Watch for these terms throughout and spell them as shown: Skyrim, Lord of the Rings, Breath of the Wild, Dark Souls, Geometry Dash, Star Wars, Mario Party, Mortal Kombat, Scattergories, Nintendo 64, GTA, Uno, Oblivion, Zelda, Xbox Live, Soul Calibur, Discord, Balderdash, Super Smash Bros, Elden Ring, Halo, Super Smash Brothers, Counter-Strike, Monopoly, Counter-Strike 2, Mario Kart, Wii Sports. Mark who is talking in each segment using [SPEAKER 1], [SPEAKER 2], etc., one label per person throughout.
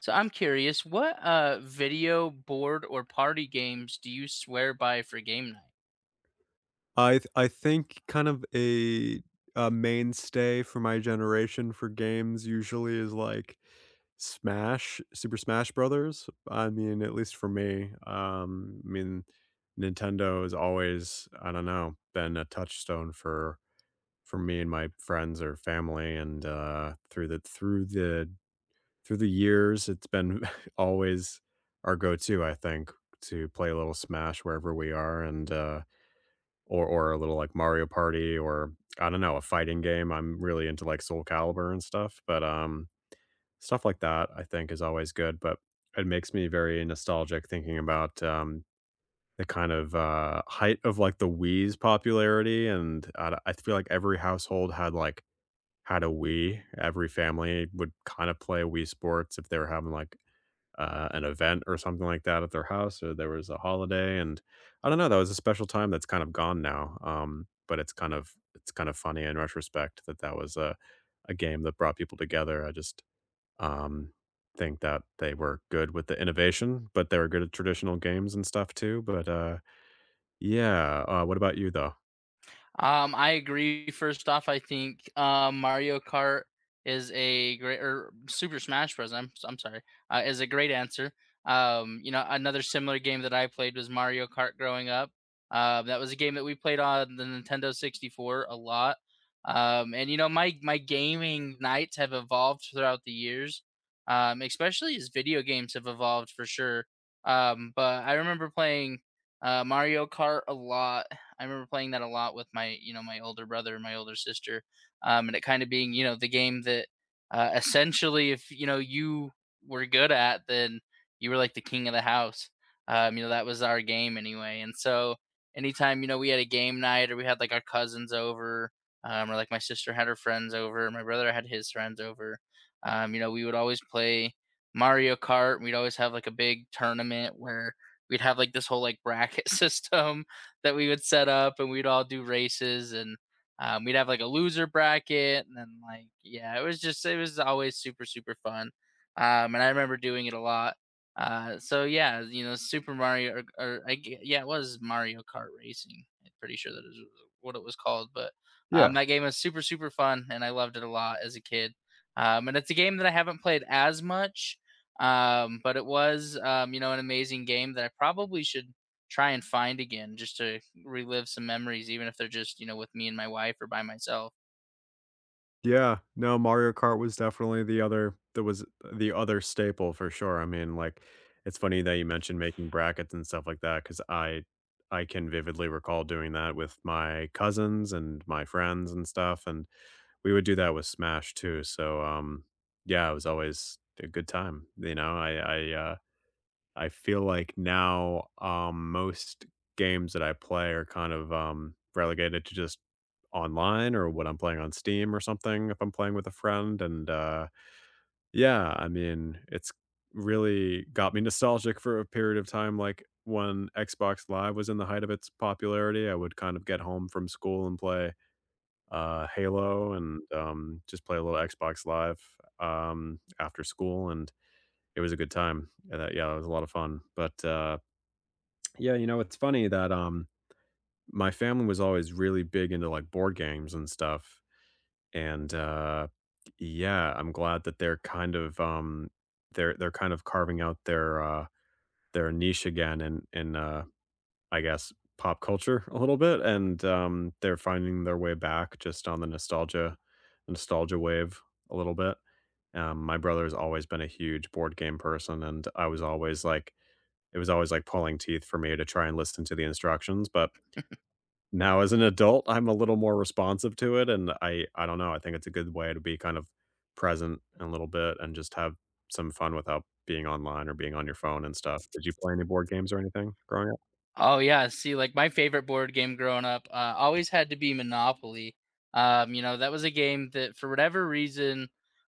[SPEAKER 1] So I'm curious, what video board or party games do you swear by for game night?
[SPEAKER 2] I think kind of a mainstay for my generation for games usually is, like, Smash, Super Smash Brothers. I mean, at least for me, I mean, Nintendo has always, I don't know, been a touchstone for me and my friends or family, and, through the years, it's been always our go-to, I think, to play a little Smash wherever we are, and, or a little, like, Mario Party or, I don't know, a fighting game. I'm really into, like, Soul Calibur and stuff, but, stuff like that I think is always good, but it makes me very nostalgic thinking about, the kind of, height of, like, the Wii's popularity, and I feel like every household had, like, had a Wii. Every family would kinda play Wii Sports if they were having, like, an event or something like that at their house, or there was a holiday, and I don't know. That was a special time that's kind of gone now. But it's kind of funny in retrospect that that was a game that brought people together. I just um, think that they were good with the innovation, but they were good at traditional games and stuff too. But yeah, what about you though?
[SPEAKER 1] I agree. First off, I think Mario Kart is a great or Super Smash Bros. I'm sorry, is a great answer. Another similar game that I played was Mario Kart growing up. That was a game that we played on the Nintendo 64 a lot. My gaming nights have evolved throughout the years, especially as video games have evolved for sure. But I remember playing Mario Kart a lot. I remember playing that a lot with my my older brother and my older sister, and it kind of being, the game that essentially, if you know you were good at, then you were like the king of the house. That was our game anyway. And so, anytime we had a game night or we had like our cousins over, or like my sister had her friends over, my brother had his friends over, we would always play Mario Kart. We'd always have like a big tournament where we'd have like this whole like bracket system that we would set up and we'd all do races and we'd have like a loser bracket and then like yeah it was just it was always super super fun, and I remember doing it a lot. So yeah, super mario or, yeah it was mario kart racing, I'm pretty sure that is what it was called. But
[SPEAKER 2] Yeah.
[SPEAKER 1] that game was super super fun and I loved it a lot as a kid, and it's a game that I haven't played as much, but it was an amazing game that I probably should try and find again just to relive some memories, even if they're just, with me and my wife or by myself.
[SPEAKER 2] Yeah, no, Mario Kart was definitely the other that was the other staple for sure. I mean, like, it's funny that you mentioned making brackets and stuff like that because I can vividly recall doing that with my cousins and my friends and stuff, and we would do that with Smash too. So, yeah, it was always a good time, you know? I feel like now, most games that I play are kind of, relegated to just online or what I'm playing on Steam or something if I'm playing with a friend, and, yeah, I mean, it's really got me nostalgic for a period of time, like, when Xbox Live was in the height of its popularity, I would kind of get home from school and play, Halo and, just play a little Xbox Live, after school, and it was a good time, and that yeah, it was a lot of fun, but yeah, you know, it's funny that my family was always really big into like board games and stuff. And yeah, I'm glad that they're kind of they're kind of carving out their niche again in I guess pop culture a little bit and they're finding their way back just on the nostalgia wave a little bit. My brother's always been a huge board game person and I was always like it was always like pulling teeth for me to try and listen to the instructions, but now as an adult, I'm a little more responsive to it, and I don't know, I think it's a good way to be kind of present a little bit and just have some fun without being online or being on your phone and stuff. Did you play any board games or anything growing up?
[SPEAKER 1] Oh yeah, see, like my favorite board game growing up always had to be Monopoly. That was a game that for whatever reason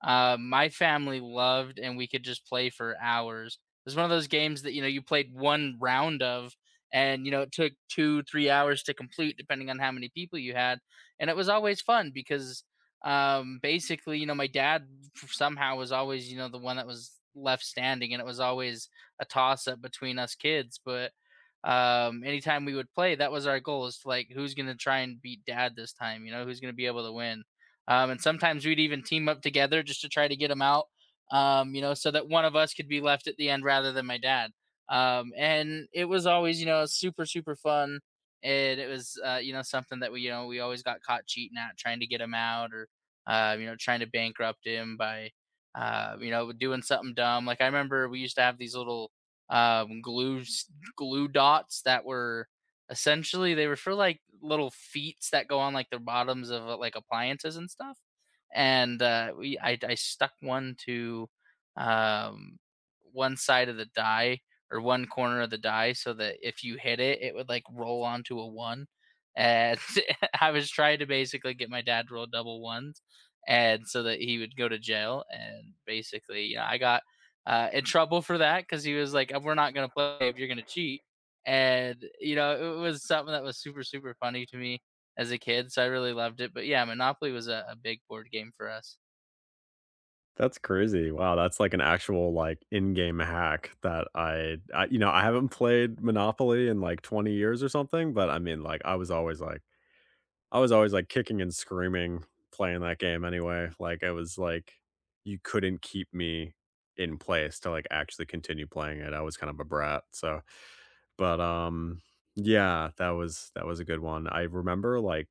[SPEAKER 1] my family loved, and we could just play for hours. It was one of those games that you played one round of, and it took two, 3 hours to complete, depending on how many people you had, and it was always fun because basically, my dad somehow was always the one that was left standing, and it was always a toss up between us kids, but anytime we would play that was our goal is to like who's gonna try and beat dad this time, who's gonna be able to win, and sometimes we'd even team up together just to try to get him out, so that one of us could be left at the end rather than my dad, and it was always super super fun, and it was something that we, we always got caught cheating at trying to get him out or trying to bankrupt him by doing something dumb. Like I remember we used to have these little um glue glue dots that were essentially they were for like little feet that go on like the bottoms of like appliances and stuff. And I stuck one to um, one side of the die or one corner of the die so that if you hit it, it would like roll onto a one. And I was trying to basically get my dad to roll double ones and so that he would go to jail. And basically, I got in trouble for that because he was like, We're not going to play if you're going to cheat." And it was something that was super super funny to me as a kid, so I really loved it. But yeah, Monopoly was a big board game for us.
[SPEAKER 2] That's crazy. Wow, that's like an actual, like, in-game hack that I you know, I haven't played Monopoly in, like, 20 years or something, but I mean, like, I was always like, I was always, like, kicking and screaming playing that game anyway, like, I was, like you couldn't keep me in place to, like, actually continue playing it, I was kind of a brat, so but, yeah, that was a good one. I remember, like,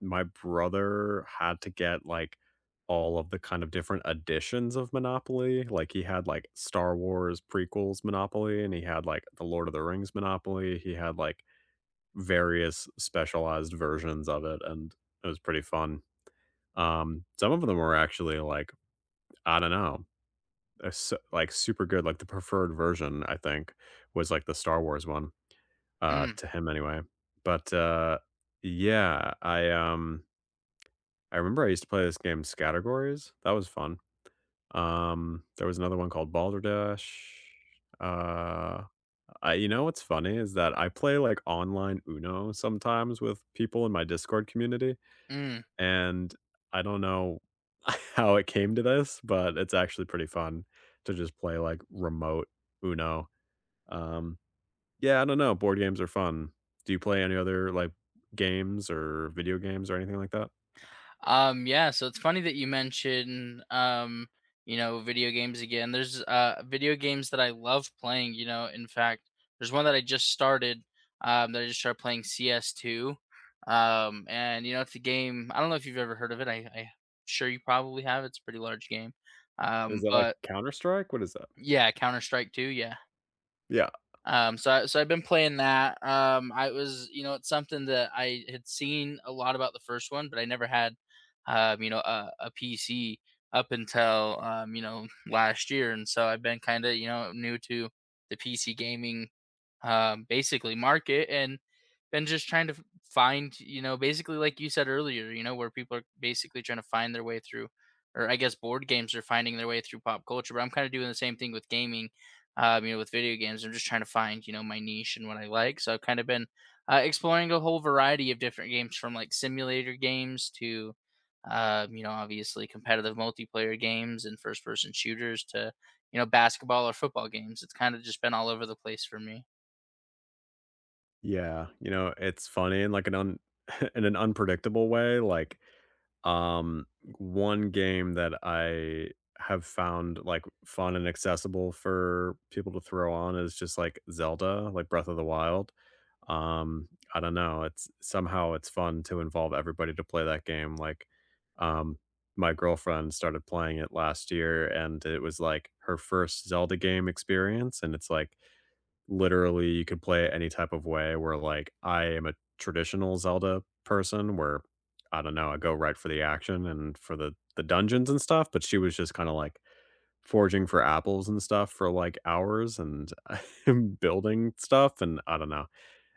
[SPEAKER 2] my brother had to get, like, all of the kind of different editions of Monopoly, like, he had, like, Star Wars prequels Monopoly, and he had, like, the Lord of the Rings Monopoly, he had, like various specialized versions of it, and it was pretty fun. Some of them were actually like, I don't know, they're so, like super good. Like the preferred version, I think, was like the Star Wars one,
[SPEAKER 1] Mm,
[SPEAKER 2] to him anyway. But yeah, I I remember I used to play this game Scattergories. That was fun. There was another one called Balderdash. Uh, you know what's funny is that I play like online Uno sometimes with people in my Discord community,
[SPEAKER 1] mm.
[SPEAKER 2] and I don't know how it came to this, but it's actually pretty fun to just play, like, remote Uno. Um, yeah, I don't know, board games are fun. Do you play any other, like, games or video games or anything like that?
[SPEAKER 1] Yeah, so it's funny that you mention, video games again. There's video games that I love playing, In fact, there's one that I just started playing CS2. And it's a game, I don't know if you've ever heard of it. I'm sure you probably have. It's a pretty large game.
[SPEAKER 2] Is that, like,
[SPEAKER 1] But
[SPEAKER 2] Counter-Strike? What is that?
[SPEAKER 1] yeah, Counter-Strike 2, yeah.
[SPEAKER 2] Yeah.
[SPEAKER 1] So I've been playing that. I was, it's something that I had seen a lot about the first one, but I never had a, PC up until last year, and so I've been kind of new to the PC gaming, basically market, and been just trying to find, basically like you said earlier, where people are basically trying to find their way through, or I guess board games are finding their way through pop culture. But I'm kind of doing the same thing with gaming, with video games. I'm just trying to find, my niche and what I like. So I've kind of been exploring a whole variety of different games from like simulator games to, obviously competitive multiplayer games and first person shooters to, basketball or football games. It's kind of just been all over the place for me.
[SPEAKER 2] Yeah, you know, it's funny in, like, an un in an unpredictable way, like, one game that I have found, like, fun and accessible for people to throw on is just, like, Zelda, like, Breath of the Wild. I don't know, it's somehow it's fun to involve everybody to play that game, like, um, my girlfriend started playing it last year, and it was, like, her first Zelda game experience, and it's, like, literally you could play it any type of way where like I am a traditional Zelda person where I don't know, I go right for the action and for the dungeons and stuff, but she was just kind of like forging for apples and stuff for like hours and building stuff and I don't know.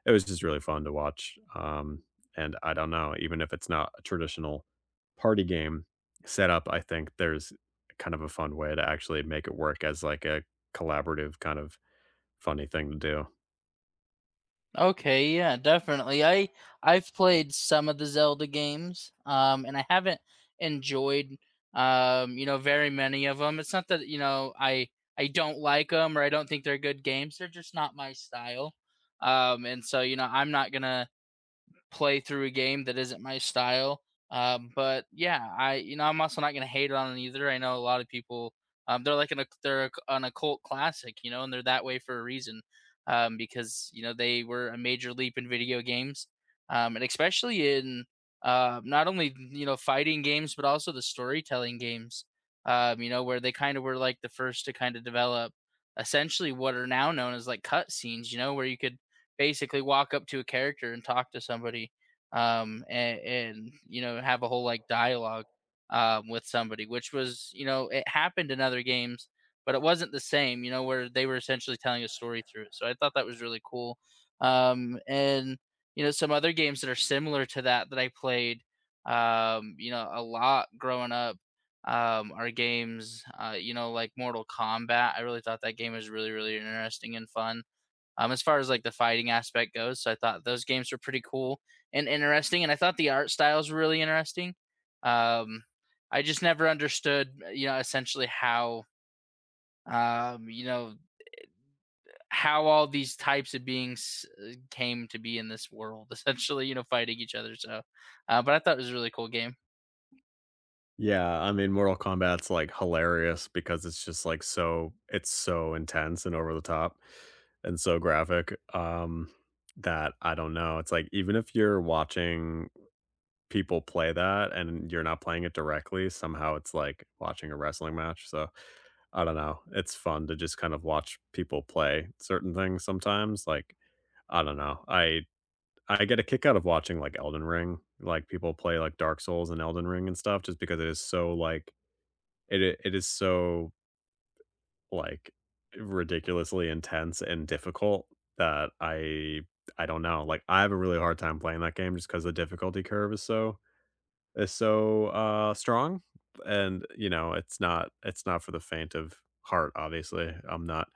[SPEAKER 2] It was just really fun to watch. And I don't know, even if it's not a traditional party game setup, I think there's kind of a fun way to actually make it work as like a collaborative kind of funny thing to do.
[SPEAKER 1] Okay, yeah, definitely. I've played some of the Zelda games, and I haven't enjoyed, very many of them. It's not that I don't like them or I don't think they're good games. They're just not my style, and so I'm not gonna play through a game that isn't my style. But yeah, I you know I'm also not gonna hate on it either. I know a lot of people, they're an occult classic, and they're that way for a reason, because they were a major leap in video games, and especially in not only fighting games but also the storytelling games. Where they kind of were like the first to kind of develop essentially what are now known as like cutscenes. Where you could basically walk up to a character and talk to somebody, and have a whole like dialogue, with somebody, which was, it happened in other games, but it wasn't the same. Where they were essentially telling a story through it. So I thought that was really cool. And some other games that are similar to that that I played a lot growing up, are games like Mortal Kombat. I really thought that game was really really interesting and fun, as far as like the fighting aspect goes. So I thought those games were pretty cool and interesting, and I thought the art styles were really interesting. Um, I just never understood, essentially how, um, you know, how all these types of beings came to be in this world, essentially, fighting each other. So, but I thought it was a really cool game.
[SPEAKER 2] Yeah, I mean, Mortal Kombat's, like, hilarious because it's just, like, so it's so intense and over the top and so graphic, that I don't know, it's like, even if you're watching people play that and you're not playing it directly, somehow it's like watching a wrestling match, so, I don't know, it's fun to just kind of watch people play certain things sometimes, like, I don't know, I get a kick out of watching, like, Elden Ring, like, people play, like, Dark Souls and Elden Ring and stuff just because it is so, like it is so, like, ridiculously intense and difficult that I don't know, like, I have a really hard time playing that game just because the difficulty curve is so is so strong, and, you know, it's not for the faint of heart, obviously. I'm not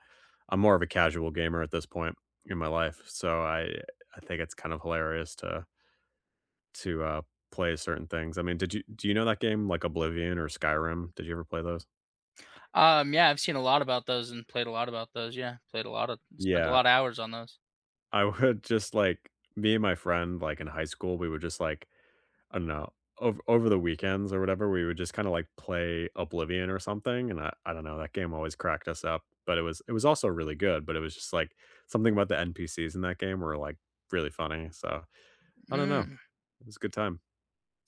[SPEAKER 2] I'm more of a casual gamer at this point in my life, so I think it's kind of hilarious to to, uh, play certain things. I mean, did you do you know that game, like, Oblivion or Skyrim? Did you ever play those?
[SPEAKER 1] Yeah, I've seen a lot about those and played a lot about those. Yeah, played a lot of, spent a
[SPEAKER 2] Yeah.
[SPEAKER 1] lot of hours on those.
[SPEAKER 2] I would just, like me and my friend, like, in high school, we would just, like, I don't know, over the weekends or whatever, we would just kinda, like, play Oblivion or something, and I don't know, that game always cracked us up, but it was also really good, but it was just, like, something about the NPCs in that game were, like, really funny, so I don't know,
[SPEAKER 1] Mm.
[SPEAKER 2] it was a good time.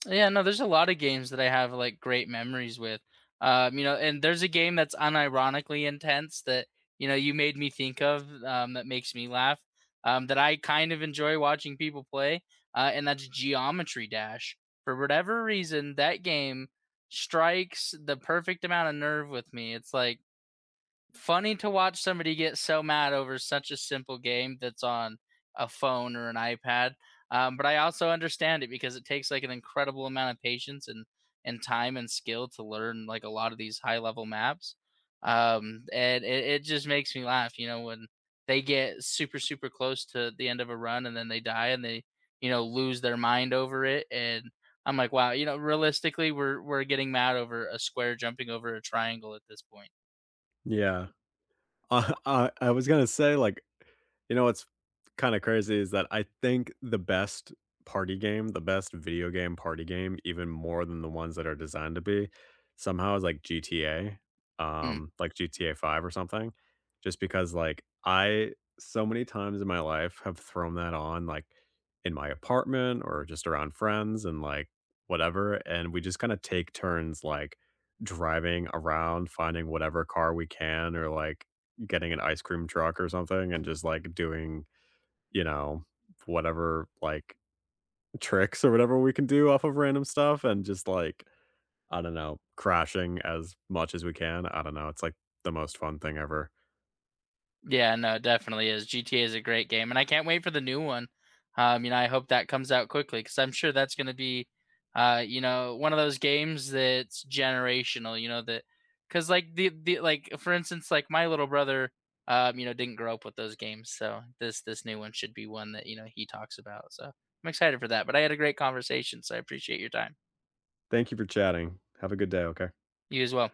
[SPEAKER 1] Yeah, no, there's a lot of games that I have like great memories with. And there's a game that's unironically intense that you made me think of, that makes me laugh. That I kind of enjoy watching people play, and that's Geometry Dash. For whatever reason, that game strikes the perfect amount of nerve with me. It's like funny to watch somebody get so mad over such a simple game that's on a phone or an iPad. But I also understand it because it takes like an incredible amount of patience and time and skill to learn like a lot of these high level maps. It just makes me laugh, when they get super super close to the end of a run and then they die and they lose their mind over it. And I'm like, wow, realistically, we're getting mad over a square jumping over a triangle at this point.
[SPEAKER 2] Yeah. I was gonna say, like, you know what's kinda crazy is that I think the best party game, the best video game party game, even more than the ones that are designed to be, somehow is, like, GTA,
[SPEAKER 1] Mm.
[SPEAKER 2] like GTA 5 or something, just because, like, I so many times in my life have thrown that on, like, in my apartment or just around friends and, like, whatever, and we just kinda take turns, like, driving around, finding whatever car we can or, like, getting an ice cream truck or something and just like doing, you know, whatever like tricks or whatever we can do off of random stuff and just like, I don't know, crashing as much as we can. I don't know. It's like the most fun thing ever.
[SPEAKER 1] Yeah, no, it definitely is. GTA is a great game, and I can't wait for the new one. I hope that comes out quickly because I'm sure that's going to be, one of those games that's generational. That because like the like for instance, like my little brother, didn't grow up with those games, so this new one should be one that he talks about. So I'm excited for that. But I had a great conversation, so I appreciate your time.
[SPEAKER 2] Thank you for chatting. Have a good day. Okay.
[SPEAKER 1] You as well.